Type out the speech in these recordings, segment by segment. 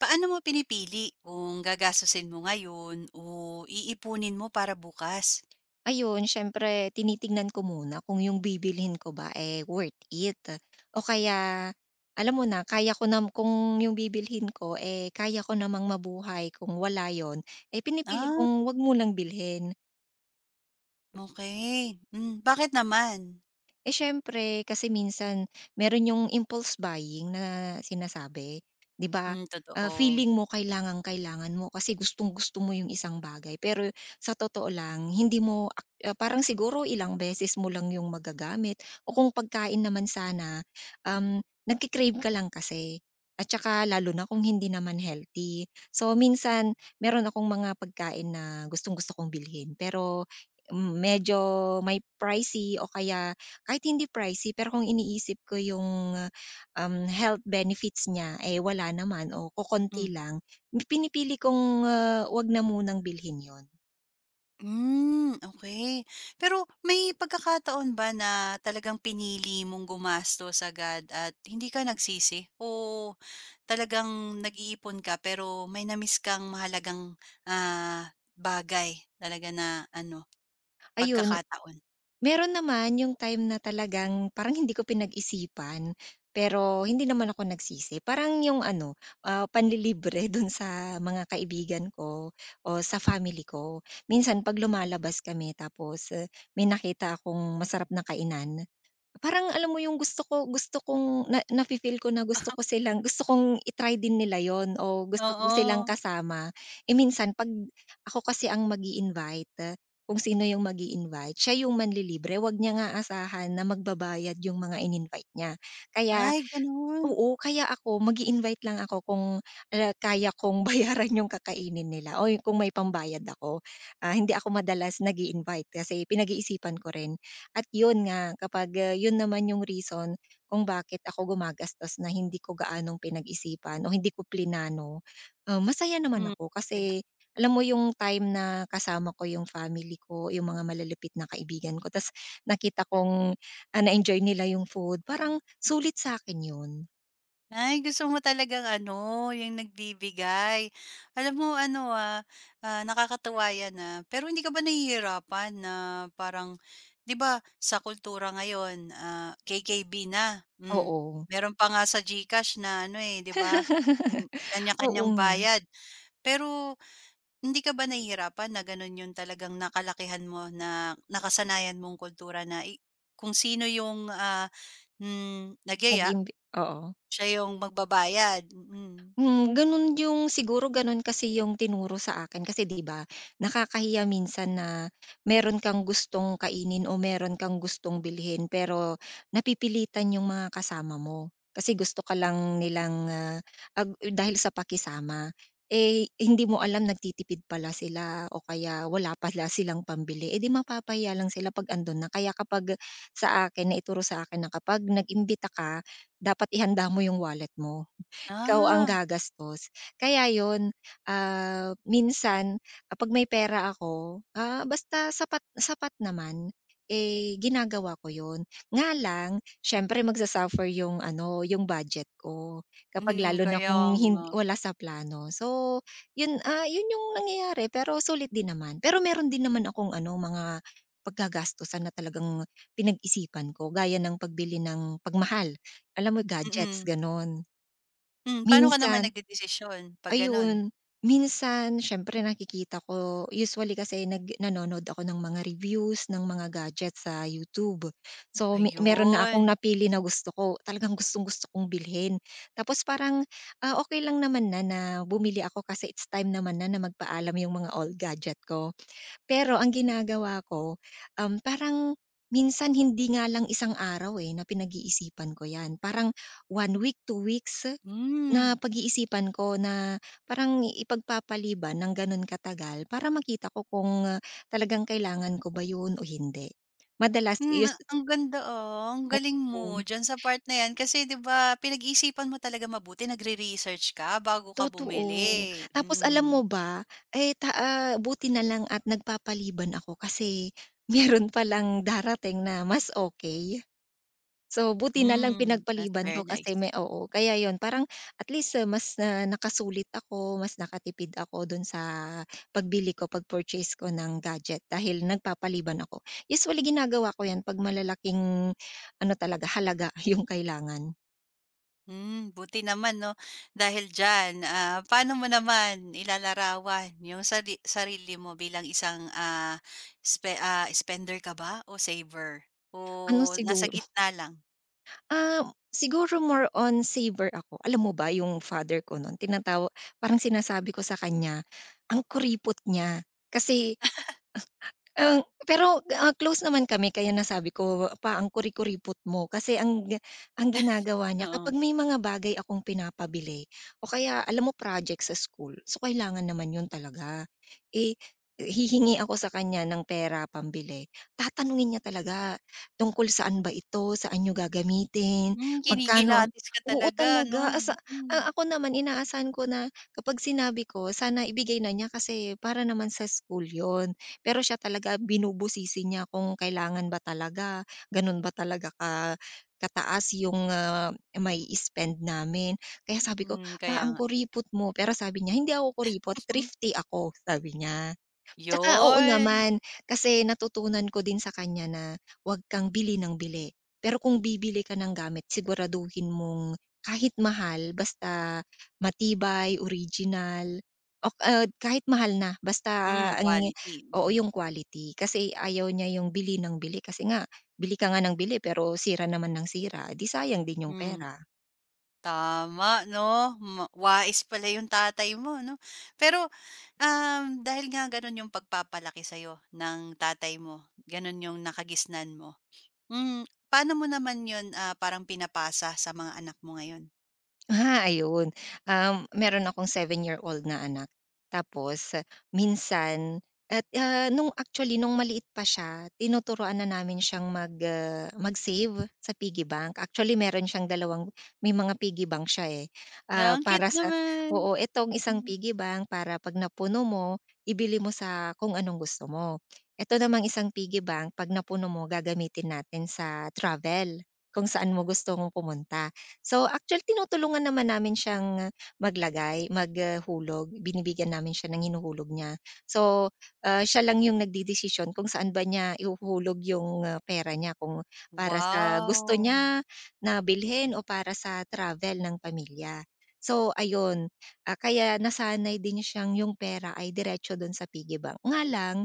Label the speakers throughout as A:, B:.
A: Paano mo pinipili kung gagastusin mo ngayon o iipunin mo para bukas?
B: Ayun, siyempre tinitingnan ko muna kung yung bibilhin ko ba, eh, worth it o kaya alam mo na, kaya ko nam kung yung bibilhin ko, eh, kaya ko namang mabuhay kung wala yun, eh, pinipili
A: Ah,
B: kong 'wag mo lang bilhin.
A: okay. Bakit naman?
B: Eh, siyempre kasi minsan meron yung impulse buying na sinasabi, 'di ba?
A: Totoo.
B: Feeling mo kailangang-kailangan mo kasi gustong-gusto mo yung isang bagay, pero sa totoo lang hindi mo parang siguro ilang beses mo lang yung magagamit o kung pagkain naman sana, um, nagke-crave ka lang kasi at saka lalo na kung hindi naman healthy. So, minsan meron akong mga pagkain na gustong-gusto kong bilhin pero medyo may pricey o kaya kahit hindi pricey, pero kung iniisip ko yung, ah, health benefits niya, eh, wala naman o kokonti
A: Hmm.
B: lang, pinipili kong, 'wag na munang bilhin 'yun.
A: Okay. Pero may pagkakataon ba na talagang pinili mong gumastos agad at hindi ka nagsisi, o talagang nag-iipon ka pero may na kang mahalagang, ah, bagay talaga na ano,
B: Ayun,
A: pagkakataon?
B: meron naman yung time na talagang parang hindi ko pinag-isipan, pero hindi naman ako nagsisi. Parang yung ano, panlilibre dun sa mga kaibigan ko o sa family ko. Minsan 'pag lumalabas kami tapos, may nakita akong masarap na kainan. Parang alam mo yung gusto ko gusto kong na nafi-feel ko na gusto ko silang gusto kong din nila yon o gusto ko silang
A: Oo.
B: kasama. Eh, minsan 'pag ako kasi ang mag invite, kung sino yung mag invite siya yung manlilibre, 'wag niya nga asahan na magbabayad yung mga in-invite niya. Kaya.
A: Ay, gano'n.
B: Oo, kaya ako mag-i-invite lang ako kung, kaya kong bayaran yung kakainin nila o kung may pambayad ako. Hindi ako madalas nag-i-invite kasi pinag-iisipan ko rin at yun nga kapag, yun naman yung reason kung bakit ako gumagastos na hindi ko gaanong pinag-isipan o hindi ko plinano, masaya naman
A: Hmm,
B: ako
A: kaya
B: kasi alam mo yung time na kasama ko yung family ko, yung mga malalapit na kaibigan ko ta's nakita kong, na-enjoy nila yung food, parang sulit sa'kin yun.
A: ay gusto mo talagang ano, yung nagbibigay. Alam mo ano, nakakatuwa yan, pero hindi ka ba nahihirapan na parang 'di ba sa kultura ngayon, KKB na, hmm.
B: Oo.
A: Meron pa nga sa GCash na ano, eh, 'di ba, hmm,
B: Oo
A: kanya-kanyang
B: nga,
A: bayad. Pero hindi ka ba nahihirapan na gano'n yung talagang nakalakihan mo na nakasanayan mong kultura na i kung sino yung, hmm, nagyaya
B: nag-imbi oo.
A: siya yung magbabayad, mm.
B: Gano'n yung siguro gano'n kasi yung tinuro sa akin kasi 'di ba, nakakahiya minsan na meron kang gustong kainin o meron kang gustong bilhin pero napipilitan yung mga kasama mo. Kasi gusto ka lang nilang, ah, ag dahil sa pakisama. Eh, hindi mo alam nagtitipid pala sila o kaya wala pala silang pambili, eh, 'di mapapahiya lang sila 'pag andun na. Kaya kapag sa akin, naituro sa akin na kapag nag-imbita ka, dapat ihanda mo yung wallet mo. Ikaw ang
A: Ah,
B: gagastos. Kaya 'yun, minsan kapag may pera ako, basta sapat sapat naman, eh, ginagawa ko 'yun. Nga lang siyempre 'yung ano, 'yung budget ko kapag
A: mm,
B: lalo na
A: kaya
B: kung
A: nga,
B: hindi wala sa plano. So 'yun, 'yun 'yung nangyayari pero sulit din naman. Pero meron din naman akong ano, mga paggagastusan na talagang pinag-isipan ko gaya ng pagbili ng pagmahal, alam mo gadgets
A: mm.
B: gano'n.
A: Hmm, paano ka naman
B: Minsan.
A: nagdedesisyon 'pag gano'n?
B: Ayun, minsan siyempre nakikita ko usually kasi nanonood ako ng mga reviews ng mga gadgets sa YouTube. So, meron na akong
A: Ayun,
B: napili na gusto ko, talagang gustong-gusto kong bilhin. Tapos parang, okey lang naman na na bumili ako kasi it's time naman na na magpaalam yung mga old gadget ko. Pero ang ginagawa ko, parang minsan hindi nga lang isang araw, eh, na pinag-iisipan ko 'yan. Parang 1 week, 2 weeks. Na
A: hmm.
B: pag-iisipan ko na parang ipagpapaliban ng gano'n katagal para makita ko kung, talagang kailangan ko ba 'yun o hindi. Madalas
A: Hmm, ang ganda, ang galing mo
B: oo,
A: diyan sa part na 'yan kasi 'di ba pinag-isipan mo talaga mabuti, nagre-research ka bago ka bumili,
B: totoo. Tapos alam
A: mm.
B: mo ba, eh, buti na lang at nagpapaliban ako kasi meron palang darating na mas okay. So, buti na lang
A: Hmm, that's
B: pinagpaliban
A: very
B: ko kasi
A: nice.
B: oo, kaya yon parang at least, mas na nakasulit ako, mas nakatipid ako do'n sa pagbili ko, pag-purchase ko ng gadget dahil nagpapaliban ako. Usually ginagawa ko 'yan 'pag malalaking ano talaga, halaga 'yung kailangan.
A: Hmm, buti naman 'no. Dahil diyan, paano mo naman ilalarawan yung sari sarili mo bilang isang, spender ka ba o saver? O
B: Ano
A: nasa
B: siguro,
A: gitna lang?
B: ah, siguro more on saver ako. Alam mo ba 'yung father ko no'n tinatawa parang sinasabi ko sa kanya, ang kuripot niya kasi. Pero, close naman kami kaya nasabi ko pa ang kuri-kuripot mo kasi ang ginagawa niya
A: Oo.
B: kapag may mga bagay akong pinapabili o kaya alam mo project sa school, so kailangan naman 'yun talaga. Eh, hihingi ako sa kanya ng pera pambili, tatanungin niya talaga tungkol saan ba ito, saan niyo gagamitin,
A: Hmm,
B: magkano ang.
A: kinikilatis ka
B: Oo
A: talaga 'no?
B: talaga, asa
A: Mm.
B: a ako naman inaasahan ko na kapag sinabi ko sana ibigay na niya kasi para naman sa school 'yun. Pero siya talaga binubusisi niya kung kailangan ba talaga, gano'n ba talaga kataas yung, mai-spend namin. Kaya sabi ko,
A: Hmm,
B: "Pa,
A: kaya
B: ang
A: nga.
B: kuripot mo." Pero sabi niya, "Hindi ako kuripot, thrifty ako," sabi niya. Tsaka oo
A: Yun.
B: naman, kasi natutunan ko din sa kanya na 'wag kang bili ng bili. Pero kung bibili ka ng gamit siguraduhin mong kahit mahal basta matibay, original, o kahit mahal na basta
A: Hmm,
B: ang
A: quality.
B: oo,
A: Mm.
B: yung quality. Kasi ayaw niya yung bili ng bili kasi nga bili ka nga ng bili pero sira naman ng sira, eh, di sayang din yung
A: Hmm.
B: pera.
A: Tama 'no, ma wais pala yung tatay mo 'no. Pero, dahil nga gano'n yung pagpapalaki sa'yo ng tatay mo, gano'n yung nakagisnan mo, hmm, paano mo naman 'yun, parang pinapasa sa mga anak mo ngayon?
B: Ayun. Meron akong 7-year-old na anak. Tapos minsan nung actually nung maliit pa siya tinuturuan na namin siyang mag-save sa piggy bank. Actually meron siyang dalawang may mga piggy bank siya, eh.
A: Ah, ang
B: Para
A: cute
B: sa,
A: naman.
B: oo. Itong isang
A: Hmm.
B: piggy bank para 'pag napuno mo, ibili mo sa kung anong gusto mo. Ito namang isang piggy bank 'pag napuno mo gagamitin natin sa travel, kung saan mo gusto mong pumunta. So, actually tinutulungan naman namin siyang maglagay, maghulog. Binibigyan namin siya ng hinuhulog niya. So, siya lang yung nagdedesisyon kung saan ba niya ihuhulog yung, pera niya kung para sa gusto
A: Wow!
B: niya na bilhin o para sa travel ng pamilya. So ayun, kaya nasanay din siyang yung pera ay diretso dun sa piggy bank. Nga lang,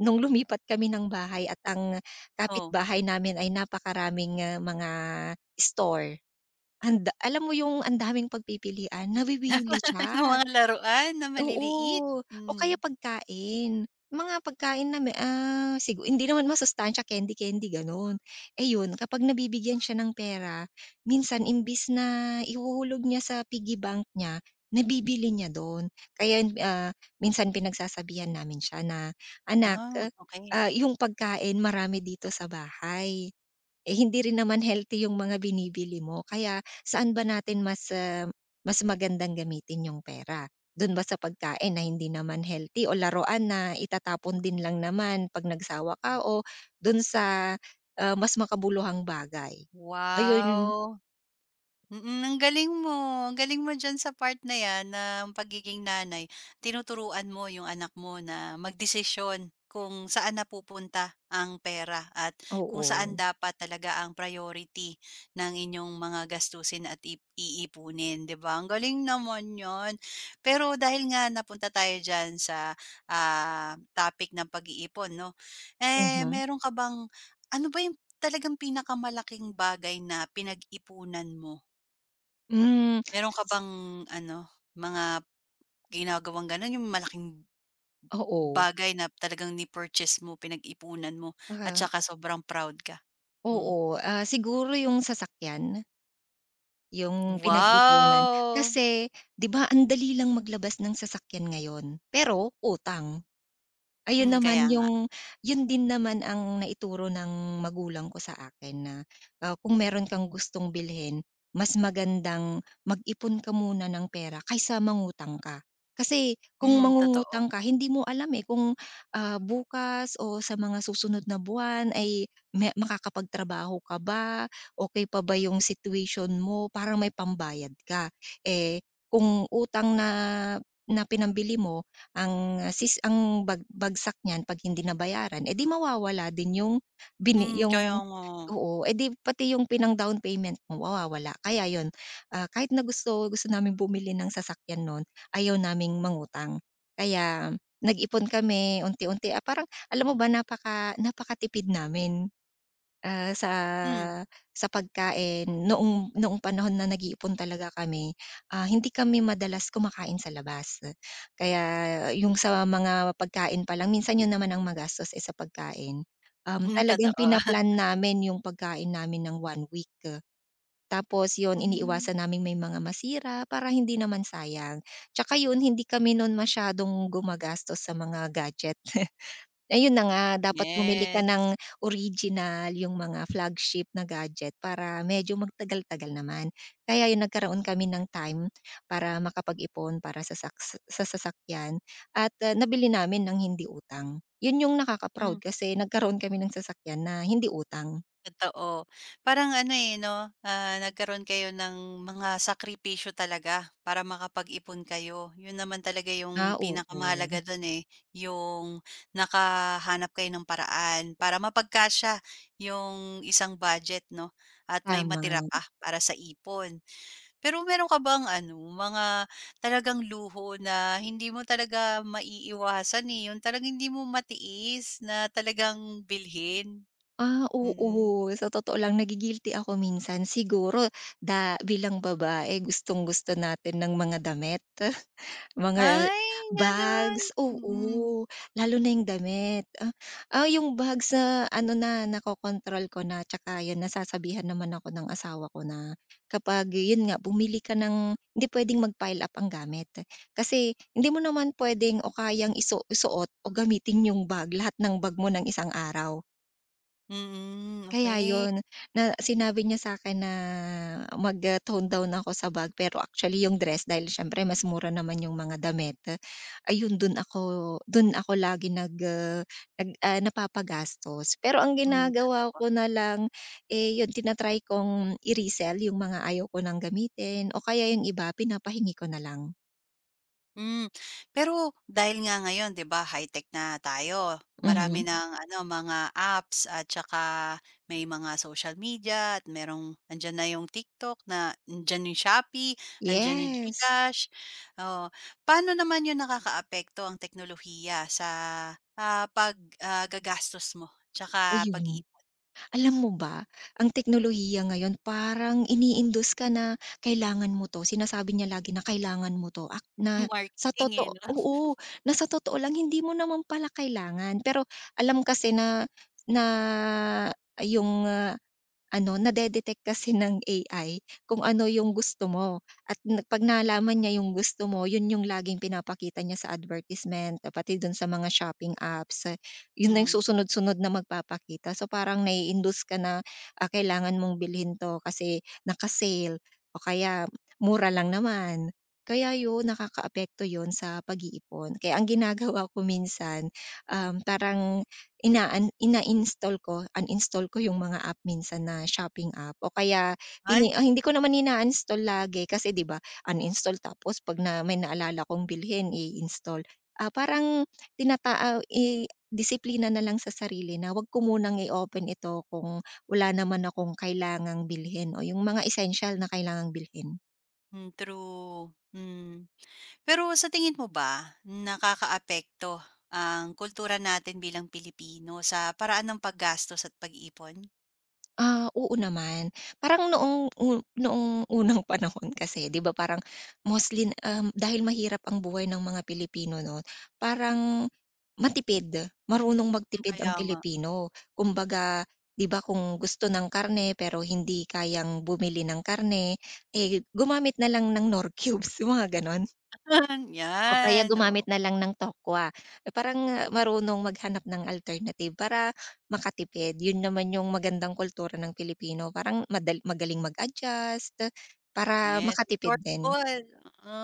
B: nung lumipat kami ng bahay at ang
A: Oh,
B: kapitbahay namin ay napakaraming, mga store. Alam mo yung ang daming pagpipilian, nawiwili
A: ng
B: siya,
A: mga laruan na maliliit?
B: oo. O kaya
A: Hmm.
B: pagkain, mga pagkain na may, siguro hindi naman masustansiya, candy-candy gano'n. Eh, yun kapag nabibigyan siya ng pera, minsan imbis na ihuhulog niya sa piggy bank niya, nabibili niya dun. Kaya, minsan pinagsasabihan namin siya na, "Anak,
A: Ah, okay.
B: yung pagkain marami dito sa bahay." Eh, hindi rin naman healthy yung mga binibili mo kaya saan ba natin mas, mas magandang gamitin yung pera? Dun ba sa pagkain na hindi naman healthy o laruan na itatapon din lang naman 'pag nagsawa ka o dun sa, mas makabuluhang bagay? Ayun,
A: Wow! Mm, ang galing mo. Ang galing mo diyan sa part na 'yan ng pagiging nanay. Tinuturuan mo yung anak mo na magdesisyon kung saan napupunta ang pera at kung saan
B: oo.
A: dapat talaga ang priority ng inyong mga gastusin at ip- iipunin, 'di ba? Ang galing naman 'yon. Pero dahil nga napunta tayo diyan sa topic ng pag-iipon, no? Eh,
B: Mhm.
A: meron ka bang ano ba yung talagang pinakamalaking bagay na pinag-ipunan mo.
B: Hmm,
A: Meron ka bang ano, mga ginagawang gano'n, yung malaking
B: oo.
A: bagay na talagang ni-purchase mo, pinag-ipunan mo at
B: Baka
A: saka sobrang proud ka? Hmm.
B: oo, siguro yung sasakyan? Yung pinag-ipunan.
A: Wow!
B: Kasi 'di ba ang dali lang maglabas ng sasakyan ngayon, pero utang. Ayun
A: Hmm,
B: naman
A: kaya nga.
B: yung yun din naman ang naituro ng magulang ko sa akin na, kung meron kang gustong bilhin, mas magandang mag-ipon ka muna ng pera kaysa mangutang ka. Kasi kung
A: Hmm, totoo.
B: mangungutang ka hindi mo alam, eh, kung, bukas o sa mga susunod na buwan ay makakapagtrabaho ka ba, okey pa ba yung situation mo para may pambayad ka. Eh, kung utang na na pinambili mo ang ah, sis ang bag bagsak niyan 'pag hindi nabayaran, eh, 'di mawawala din yung bini
A: Hmm, kaya
B: yung
A: nga.
B: oo, eh, 'di pati yung pinang-down payment mo mawawala. Kaya yun, kahit na gusto gusto naming bumili ng sasakyan non ayaw naming mangutang. Kaya nag-ipon kami unti-unti, parang alam mo ba napakatipid namin. Ah, sa
A: Hmm.
B: sa pagkain noong noong panahon na nag-iipon talaga kami, hindi kami madalas kumakain sa labas. Kaya yung sa mga pagkain pa lang minsan yun naman ang magastos, eh, sa pagkain.
A: Hmm,
B: Talagang
A: totoo.
B: pina namin yung pagkain namin ng 1 week. Tapos yun
A: Hmm,
B: iniiwasan namin may mga masira para hindi naman sayang. Tsaka yun hindi kami nun masyadong gumagastos sa mga gadget. Ayun na nga, dapat bumili ka ng
A: yes.
B: original, yung mga flagship na gadget para medyo magtagal-tagal naman. Kaya yun nagkaroon kami ng time para makapag-ipon para sa saks sa sasakyan at, nabili namin ng hindi utang. Yun yung
A: Hmm.
B: nakaka-proud kasi nagkaroon kami ng sasakyan na hindi utang.
A: Totoo. Parang ano, eh, 'no, nagkaroon kayo ng mga sakripisyo talaga para makapag-ipon kayo. 'Yun naman talaga yung
B: Ah, oo,
A: pinakamahalaga dun, eh, yung nakahanap kayo ng paraan para mapagkasya yung isang budget, 'no, at may
B: tama.
A: matira pa para sa ipon. Pero meron ka bang ano, mga talagang luho na hindi mo talaga maiiwasan, eh, yung talagang hindi mo matiis na talagang bilhin?
B: Ah,
A: Mm.
B: oo, sa totoo lang ako minsan. Siguro bilang babae gustong-gusto natin ng mga damit. Mga
A: Ay, gano'n.
B: bags,
A: Mm.
B: oo, lalo na yung damit. Yung bags na ano na, nakokontrol ko na tsaka yun nasasabihan naman ako ng asawa ko na kapag yun nga, bumili ka ng hindi puwedeng mag-pile up ang gamit. Kasi hindi mo naman pwedeng o kayang isu isuot o gamitin yung bag, lahat ng bag mo ng isang araw.
A: Mm,
B: Kaya
A: okey.
B: yun, na sinabi niya sa akin na tone down ako sa bag pero actually yung dress dahil siyempre mas mura naman yung mga damit, ayun dun ako lagi napapagastos. Pero ang
A: Hmm,
B: ginagawa
A: totoo.
B: ko na lang, eh, yun tina-try kong i-resell yung mga ayaw ko nang gamitin o kaya yung iba pinapahingi ko na lang.
A: Hmm. Pero dahil nga ngayon 'di ba high-tech na tayo, marami
B: Mhm,
A: ng ano, mga apps at saka may mga social media at merong andiyan na yung TikTok na andiyan yung Shopee, andiyan yung
B: yes,
A: GCash, oo. Paano naman yun nakakaapekto ang teknolohiya sa, ah, pag gagastos mo tsaka
B: ayun.
A: pag-iipon?
B: Alam mo ba, ang teknolohiya ngayon parang ini-induce ka na kailangan mo 'to, sinasabi niya lagi na kailangan mo 'to, na sa
A: Marketing, eh,
B: totoo
A: 'no?
B: oo, na sa totoo lang hindi mo naman pala kailangan. Pero alam kasi na na yung, ano, nade-detect kasi ng AI kung ano yung gusto mo at na 'pag nalaman niya yung gusto mo, yun yung laging pinapakita niya sa advertisement, eh, pati dun sa mga shopping apps, eh, yun na yung
A: Hmm.
B: susunod-sunod na magpapakita. So, parang nai-induce ka na, kailangan mong bilhin 'to kasi naka-sale o kaya mura lang naman. Kaya yun, nakakaapekto yun sa pag-iipon. Kaya ang ginagawa ko minsan, parang ina-install ko, uninstall ko yung mga app minsan na shopping app o kaya
A: Ay.
B: hindi ko naman ina install lagi kasi 'di ba, uninstall tapos 'pag na may naalala kong bilhin i-install. Parang i disiplina na lang sa sarili na 'wag ko munang i-open ito kung wala naman akong kailangang bilhin o yung mga essential na kailangang bilhin.
A: Hmm, true. Hmm. Pero sa tingin mo ba nakakaapekto ang kultura natin bilang Pilipino sa paraan ng paggastos at pag-ipon?
B: Ah, oo naman. Parang noong unang panahon kasi 'di ba parang mostly, dahil mahirap ang buhay ng mga Pilipino 'no, parang matipid, marunong
A: Hmm,
B: magtipid ang
A: kaya nga.
B: Pilipino. Kumbaga 'di ba kung gusto ng karne pero hindi kayang bumili ng karne, eh, gumamit na lang ng Knorr cubes, yung mga gano'n. O kaya
A: 'Yan, oo.
B: gumamit na lang ng tokwa. Eh, parang marunong maghanap ng alternative para makatipid. Yun naman yung magandang kultura ng Pilipino, parang magaling mag-adjust, para
A: Yes,
B: makatipid din.
A: resourceful, oo.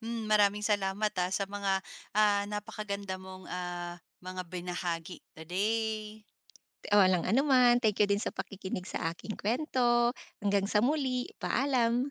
A: Hmm, maraming salamat, sa mga, napakaganda mong, mga binahagi today.
B: Walang anuman, thank you din sa pakikinig sa aking kwento. Hanggang sa muli, paalam.